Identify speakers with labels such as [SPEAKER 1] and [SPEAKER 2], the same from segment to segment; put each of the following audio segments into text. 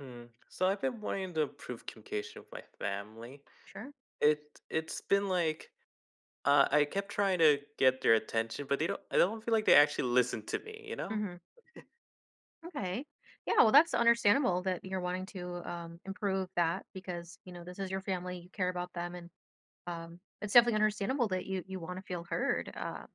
[SPEAKER 1] Hmm. So I've been wanting to improve communication with my family.
[SPEAKER 2] Sure.
[SPEAKER 1] It's been like I kept trying to get their attention, but they don't. I don't feel like they actually listen to me. You know?
[SPEAKER 2] Hmm. Okay. Yeah, well, that's understandable that you're wanting to improve that because you know this is your family. You care about them, and it's definitely understandable that you want to feel heard. Uh,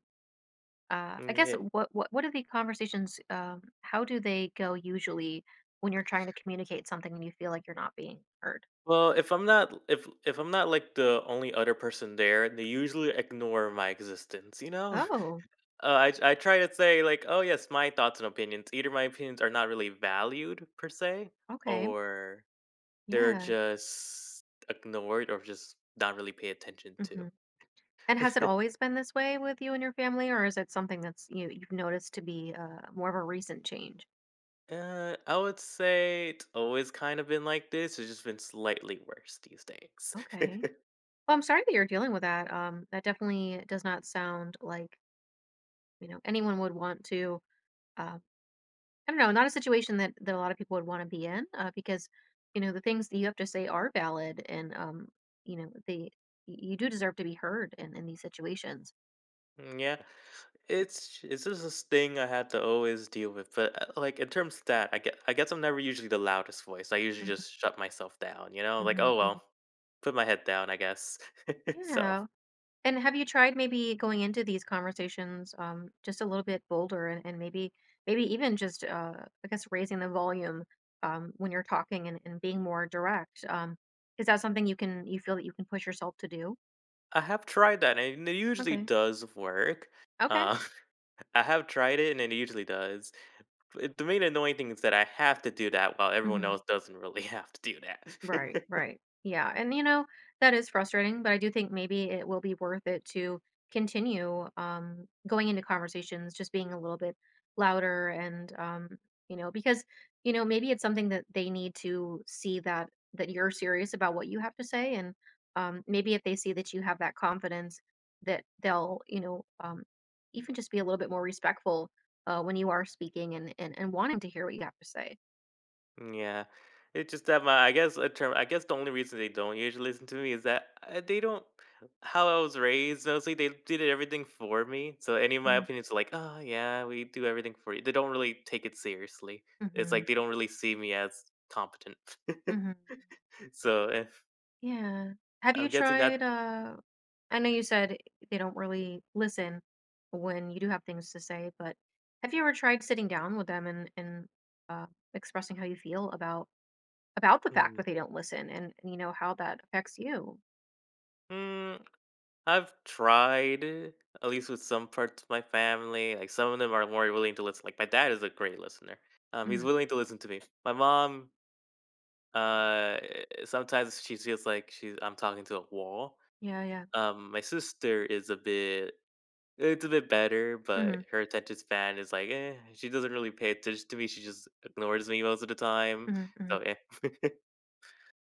[SPEAKER 2] uh,
[SPEAKER 1] Mm,
[SPEAKER 2] I guess
[SPEAKER 1] yeah.
[SPEAKER 2] what are the conversations? How do they go usually when you're trying to communicate something and you feel like you're not being heard?
[SPEAKER 1] Well, if I'm not like the only other person there, they usually ignore my existence.
[SPEAKER 2] Oh.
[SPEAKER 1] I try to say like, oh yes, my thoughts and opinions. Either my opinions are not really valued per se,
[SPEAKER 2] Okay.
[SPEAKER 1] or they're
[SPEAKER 2] Yeah.
[SPEAKER 1] just ignored or just not really pay attention
[SPEAKER 2] Hmm.
[SPEAKER 1] to.
[SPEAKER 2] And has it always been this way with you and your family, or is it something that's you've noticed to be more of a recent change?
[SPEAKER 1] I would say it's always kind of been like this. It's just been slightly worse these days.
[SPEAKER 2] Okay. Well, I'm sorry that you're dealing with that. That definitely does not sound like, you know, anyone would want to, uh, I don't know, not a situation that, a lot of people would want to be in, because, you know, the things that you have to say are valid and you know, you do deserve to be heard in these situations.
[SPEAKER 1] Mm, yeah, it's just this thing I had to always deal with. But like in terms of that, I guess I'm never usually the loudest voice. I usually
[SPEAKER 2] Hmm.
[SPEAKER 1] just shut myself down. You know, like
[SPEAKER 2] Hmm.
[SPEAKER 1] oh
[SPEAKER 2] Hmm.
[SPEAKER 1] well, put my head down. I guess. So
[SPEAKER 2] Yeah. And have you tried maybe going into these conversations, just a little bit bolder and maybe even just I guess raising the volume when you're talking and being more direct? Is that something you feel that you can push yourself to do?
[SPEAKER 1] I have tried that, and it usually
[SPEAKER 2] Okay.
[SPEAKER 1] does work.
[SPEAKER 2] Okay.
[SPEAKER 1] Uh, I have tried it, and it usually does. But the main annoying thing is that I have to do that while everyone
[SPEAKER 2] Hmm.
[SPEAKER 1] else doesn't really have to do
[SPEAKER 2] Right,
[SPEAKER 1] that.
[SPEAKER 2] right. Yeah. And you know, that is frustrating, but I do think maybe it will be worth it to continue going into conversations, just being a little bit louder and you know, because you know, maybe it's something that they need to see that you're serious about what you have to say and maybe if they see that you have that confidence that they'll, you know, even just be a little bit more respectful when you are speaking and wanting to hear what you have to say.
[SPEAKER 1] Yeah, it's just that my I guess a term. I guess the only reason they don't usually listen to me is that they don't. How I was raised, mostly they did everything for me. So any of my
[SPEAKER 2] Hmm.
[SPEAKER 1] opinions are like, oh yeah, we do everything for you. They don't really take it seriously. It's
[SPEAKER 2] Hmm.
[SPEAKER 1] like they don't really see me as competent.
[SPEAKER 2] Hmm.
[SPEAKER 1] so if,
[SPEAKER 2] Yeah. Have you
[SPEAKER 1] I'm guessing
[SPEAKER 2] tried,
[SPEAKER 1] that.
[SPEAKER 2] I know you said they don't really listen when you do have things to say, but have you ever tried sitting down with them and uh, expressing how you feel about the fact
[SPEAKER 1] Mm,
[SPEAKER 2] that they don't listen and you know how that affects you?
[SPEAKER 1] mm, I've tried, at least with some parts of my family. Like some of them are more willing to listen. Like my dad is a great listener. He's
[SPEAKER 2] Hmm.
[SPEAKER 1] willing to listen to me. My mom sometimes she feels like she's I'm talking to a wall.
[SPEAKER 2] Yeah, yeah.
[SPEAKER 1] My sister is a bit better, but
[SPEAKER 2] Hmm.
[SPEAKER 1] her attention span is like eh. She doesn't really pay attention to me. She just ignores me most of the time.
[SPEAKER 2] Hmm. Hmm.
[SPEAKER 1] So eh.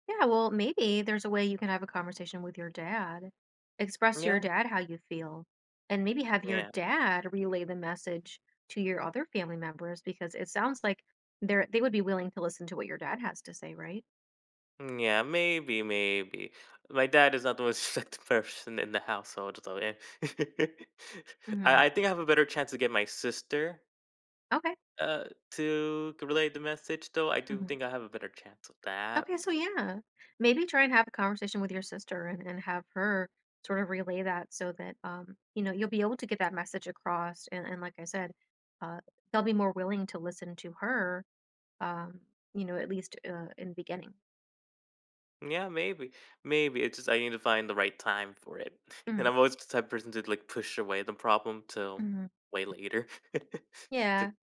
[SPEAKER 2] Yeah, well, maybe there's a way you can have a conversation with your dad, express to your
[SPEAKER 1] yeah,
[SPEAKER 2] dad how you feel, and maybe have your
[SPEAKER 1] yeah,
[SPEAKER 2] dad relay the message to your other family members because it sounds like they would be willing to listen to what your dad has to say, right?
[SPEAKER 1] yeah. Maybe, maybe. My dad is not the most respected person in the household, so eh.
[SPEAKER 2] Hmm.
[SPEAKER 1] I think I have a better chance to get my sister
[SPEAKER 2] Okay.
[SPEAKER 1] uh to relay the message. Though I do
[SPEAKER 2] Hmm.
[SPEAKER 1] think I have a better chance of that.
[SPEAKER 2] Okay, so yeah, maybe try and have a conversation with your sister and have her sort of relay that so that you know you'll be able to get that message across and like I said, uh, they'll be more willing to listen to her um, you know, at least in the beginning.
[SPEAKER 1] Yeah, maybe. Maybe. It's just I need to find the right time for it. And
[SPEAKER 2] Mhm,
[SPEAKER 1] I'm always the type of person to like push away the problem till
[SPEAKER 2] mhm.
[SPEAKER 1] way later. It's
[SPEAKER 2] Yeah,
[SPEAKER 1] like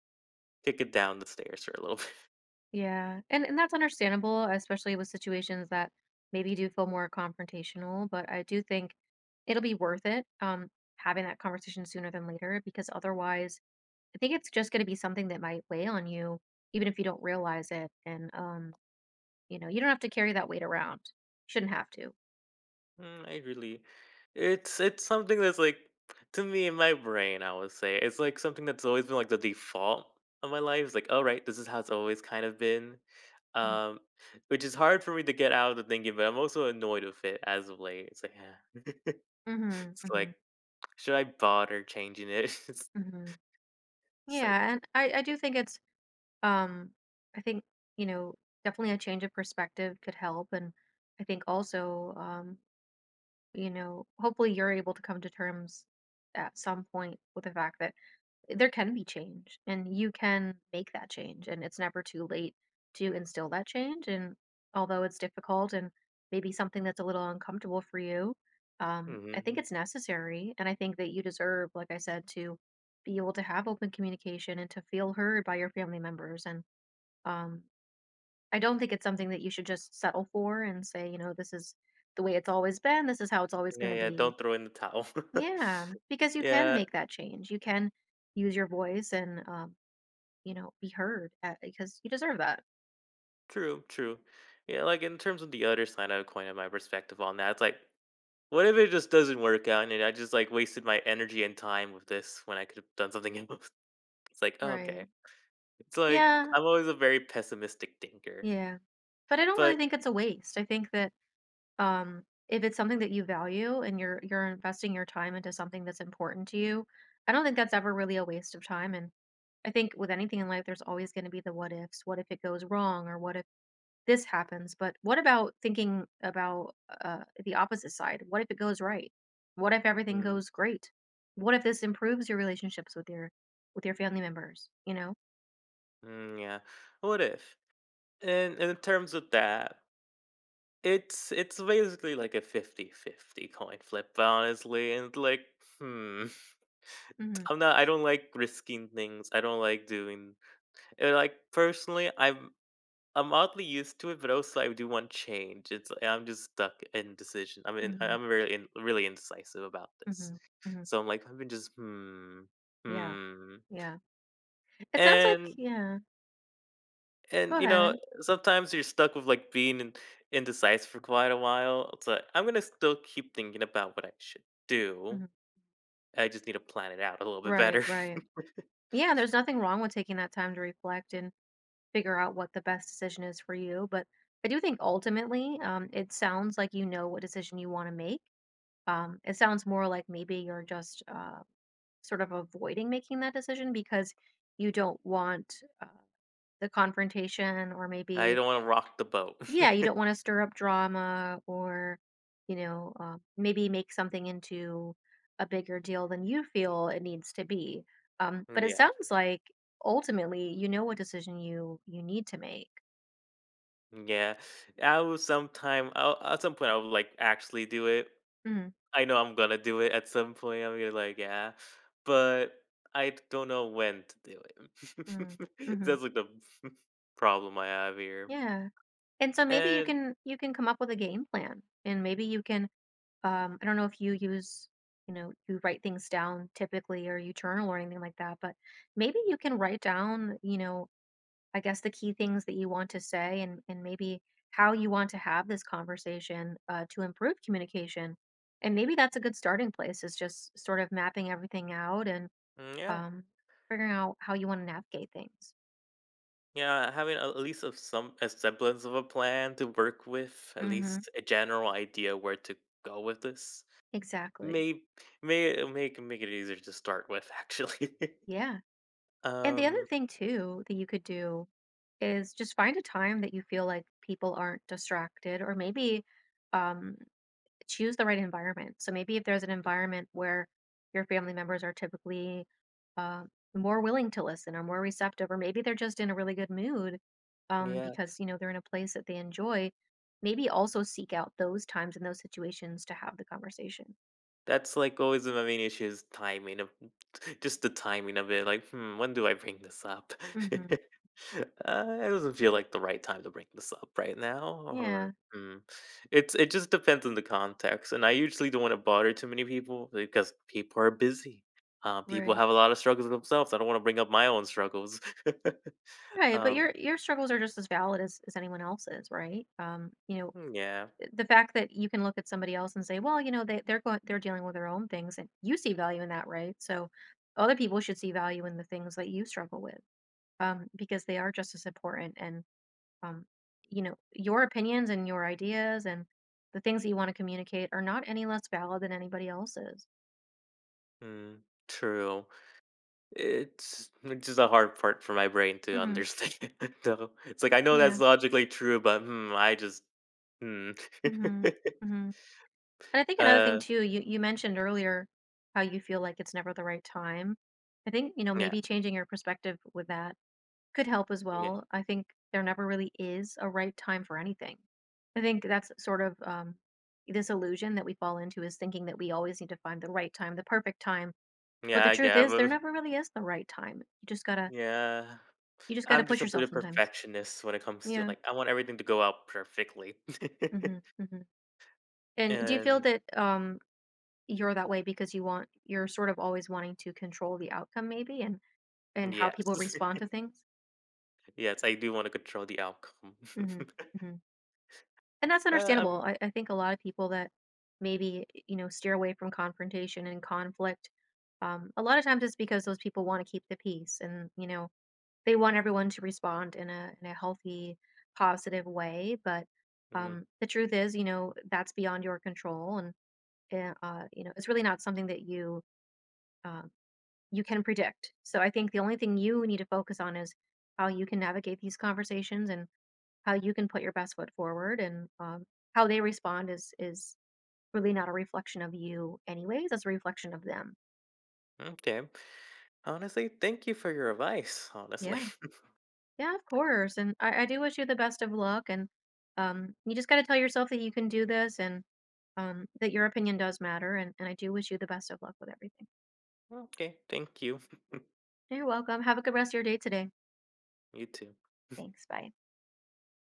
[SPEAKER 1] kick it down the stairs for a little bit.
[SPEAKER 2] yeah, and that's understandable, especially with situations that maybe do feel more confrontational. But I do think it'll be worth it having that conversation sooner than later, because otherwise, I think it's just going to be something that might weigh on you, even if you don't realize it. And you know, you don't have to carry that weight around. Shouldn't have to.
[SPEAKER 1] Mm, I really it's something that's like to me in my brain, I would say. It's like something that's always been like the default of my life. It's like, all right, this is how it's always kind of been.
[SPEAKER 2] Mm-hmm,
[SPEAKER 1] Um, which is hard for me to get out of the thinking, but I'm also annoyed with it as of late. It's like, yeah.
[SPEAKER 2] mm-hmm.
[SPEAKER 1] it's
[SPEAKER 2] Mm-hmm.
[SPEAKER 1] like, should I bother changing it?
[SPEAKER 2] Hmm.
[SPEAKER 1] It's like,
[SPEAKER 2] Yeah, and I do think it's um I think you know definitely a change of perspective could help, and I think also you know hopefully you're able to come to terms at some point with the fact that there can be change and you can make that change and it's never too late to instill that change and although it's difficult and maybe something that's a little uncomfortable for you I think
[SPEAKER 1] mhm.
[SPEAKER 2] it's necessary and I think that you deserve like I said to be able to have open communication and to feel heard by your family members and um, I don't think it's something that you should just settle for and say you know this is the way it's always been, this is how it's always going
[SPEAKER 1] Yeah,
[SPEAKER 2] to
[SPEAKER 1] yeah,
[SPEAKER 2] be,
[SPEAKER 1] don't throw in the towel.
[SPEAKER 2] yeah, because you can
[SPEAKER 1] Yeah,
[SPEAKER 2] make that change, you can use your voice and you know, be heard at, because you deserve that.
[SPEAKER 1] true, true. Yeah, like, in terms of the other side of the coin of my perspective on that, it's like, what if it just doesn't work out and I just, like, wasted my energy and time with this when I could've done something else? It's like, oh, okay.
[SPEAKER 2] Right.
[SPEAKER 1] It's like,
[SPEAKER 2] Yeah,
[SPEAKER 1] I'm always a very pessimistic thinker,
[SPEAKER 2] yeah. But I don't really
[SPEAKER 1] but
[SPEAKER 2] think it's a waste. I think that if it's something that you value and you're investing your time into something that's important to you, I don't think that's ever really a waste of time and I think with anything in life there's always going to be the what ifs. What if it goes wrong or what if this happens? But what about thinking about the opposite side? What if it goes right? What if everything
[SPEAKER 1] mm,
[SPEAKER 2] goes great? What if this improves your relationships with your family members, you know?
[SPEAKER 1] yeah, what if? And in terms of that, it's basically like a 50 50 coin flip, honestly, and like, hmm,
[SPEAKER 2] Mhm,
[SPEAKER 1] I don't like risking things, I don't like doing and, like, personally, I'm oddly used to it, but also I do want change, it's I'm just stuck in decision, I mean, I
[SPEAKER 2] mhm,
[SPEAKER 1] I'm really in really indecisive about this.
[SPEAKER 2] mhm, mhm.
[SPEAKER 1] So I'm like, I've been just, "Hmm,
[SPEAKER 2] Yeah,
[SPEAKER 1] hmm,"
[SPEAKER 2] yeah. It sounds like
[SPEAKER 1] and
[SPEAKER 2] yeah. Go
[SPEAKER 1] You know,
[SPEAKER 2] ahead.
[SPEAKER 1] sometimes you're stuck with, like, being in indecisive for quite a while. It's like, "I'm gonna still keep thinking about what I should do.
[SPEAKER 2] Mhm.
[SPEAKER 1] I just need to plan it out a little bit
[SPEAKER 2] Right,
[SPEAKER 1] better.
[SPEAKER 2] right. Yeah, there's nothing wrong with taking that time to reflect and figure out what the best decision is for you. But I do think ultimately, it sounds like you know what decision you want to make. It sounds more like maybe you're just sort of avoiding making that decision because you don't want the confrontation or
[SPEAKER 1] I
[SPEAKER 2] maybe.
[SPEAKER 1] don't wanna rock the boat."
[SPEAKER 2] Yeah, you don't wanna stir up drama or, you know, maybe make something into a bigger deal than you feel it needs to be. But it
[SPEAKER 1] Yeah,
[SPEAKER 2] sounds like ultimately you know what decision you need to make.
[SPEAKER 1] yeah. I'll at some point, I will, like, actually do it.
[SPEAKER 2] Mm,
[SPEAKER 1] I know I'm gonna do it at some point. I'm gonna, like, "Yeah," but I don't know when to do
[SPEAKER 2] mm,
[SPEAKER 1] it.
[SPEAKER 2] mhm,
[SPEAKER 1] That's, like, the problem I have here.
[SPEAKER 2] yeah. And so maybe
[SPEAKER 1] And
[SPEAKER 2] you can come up with a game plan, and maybe you can, I don't know if you use you know, you write things down typically or you journal or anything like that, but maybe you can write down, you know, I guess the key things that you want to say and maybe how you want to have this conversation to improve communication. And maybe that's a good starting place is just sort of mapping everything out and
[SPEAKER 1] mm, yeah.
[SPEAKER 2] um, figuring out how you want to navigate things.
[SPEAKER 1] Yeah, having a- at least of some a semblance of a plan to work with, at
[SPEAKER 2] Hmm.
[SPEAKER 1] least a general idea where to go with this,
[SPEAKER 2] Exactly.
[SPEAKER 1] may may make make it easier to start with. Actually,
[SPEAKER 2] Yeah. And the other
[SPEAKER 1] um,
[SPEAKER 2] thing too that you could do is just find a time that you feel like people aren't distracted or maybe um choose the right environment. So maybe if there's an environment where your family members are typically uh, more willing to listen or more receptive, or maybe they're just in a really good mood
[SPEAKER 1] yeah,
[SPEAKER 2] because you know they're in a place that they enjoy. Maybe also seek out those times and those situations to have the conversation.
[SPEAKER 1] that's, like, always my main issue is timing of just the timing of it, like, "Hmm, when do I bring this up?"
[SPEAKER 2] Hmm.
[SPEAKER 1] It doesn't feel like the right time to bring this up right now,
[SPEAKER 2] Yeah,
[SPEAKER 1] or, hmm. It just depends on the context, and I usually don't wanna bother too many people because people are busy. People
[SPEAKER 2] right,
[SPEAKER 1] have a lot of struggles themselves, I don't wanna bring up my own struggles.
[SPEAKER 2] right. But
[SPEAKER 1] Um,
[SPEAKER 2] your struggles are just as valid as anyone else's, right? You know,
[SPEAKER 1] yeah.
[SPEAKER 2] the fact that you can look at somebody else and say, well, you know, they're going, they're dealing with their own things, and you see value in that, right? So other people should see value in the things that you struggle with, because they are just as important. And um, you know, your opinions and your ideas and the things that you want to communicate are not any less valid than anybody else's.
[SPEAKER 1] Mm, true. It's which is the hard part for my brain to
[SPEAKER 2] Hmm.
[SPEAKER 1] understand, though. It's like, I know
[SPEAKER 2] Yeah.
[SPEAKER 1] that's logically true, but, hmm, I just hmm.
[SPEAKER 2] Hmm. Hmm. And I think another thing
[SPEAKER 1] Uh,
[SPEAKER 2] too, you mentioned earlier how you feel like it's never the right time. I think you know
[SPEAKER 1] yeah,
[SPEAKER 2] maybe changing your perspective with that could help as
[SPEAKER 1] yeah.
[SPEAKER 2] well. I think there never really is a right time for anything. I think that's sort of this illusion that we fall into is thinking that we always need to find the right time, the perfect time. But
[SPEAKER 1] Yeah,
[SPEAKER 2] the
[SPEAKER 1] I
[SPEAKER 2] truth
[SPEAKER 1] get
[SPEAKER 2] is, there never really is the right time.
[SPEAKER 1] yeah.
[SPEAKER 2] You just gotta
[SPEAKER 1] I'm
[SPEAKER 2] push
[SPEAKER 1] just a bit
[SPEAKER 2] yourself
[SPEAKER 1] of
[SPEAKER 2] sometimes.
[SPEAKER 1] perfectionist when it comes to,
[SPEAKER 2] Yeah.
[SPEAKER 1] like I want everything to go out perfectly.
[SPEAKER 2] Hmm. Hmm. And do you feel
[SPEAKER 1] And
[SPEAKER 2] that you're that way because you want, you're sort of always wanting to control the outcome, maybe, and how
[SPEAKER 1] yes.
[SPEAKER 2] people respond to things?
[SPEAKER 1] Yes, I do wanna control the outcome.
[SPEAKER 2] Hmm. Hmm. And that's
[SPEAKER 1] Uh, um,
[SPEAKER 2] understandable. I think a lot of people that maybe, you know, steer away from confrontation and conflict, a lot of times it's because those people want to keep the peace and, you know, they want everyone to respond in a healthy, positive way. But
[SPEAKER 1] mm,
[SPEAKER 2] the truth is, you know, that's beyond your control. And, you know, it's really not something that you, um, you can predict. So I think the only thing you need to focus on is how you can navigate these conversations and how you can put your best foot forward and how they respond is really not a reflection of you, anyways, it's a reflection of them.
[SPEAKER 1] okay. Honestly, thank you for your advice, honestly.
[SPEAKER 2] Yeah, yeah, of course, and I do wish you the best of luck and you just got to tell yourself that you can do this and that your opinion does matter, and I do wish you the best of luck with everything.
[SPEAKER 1] Okay, thank you.
[SPEAKER 2] You're welcome, have a good rest of your day today.
[SPEAKER 1] You too.
[SPEAKER 2] Thanks, bye.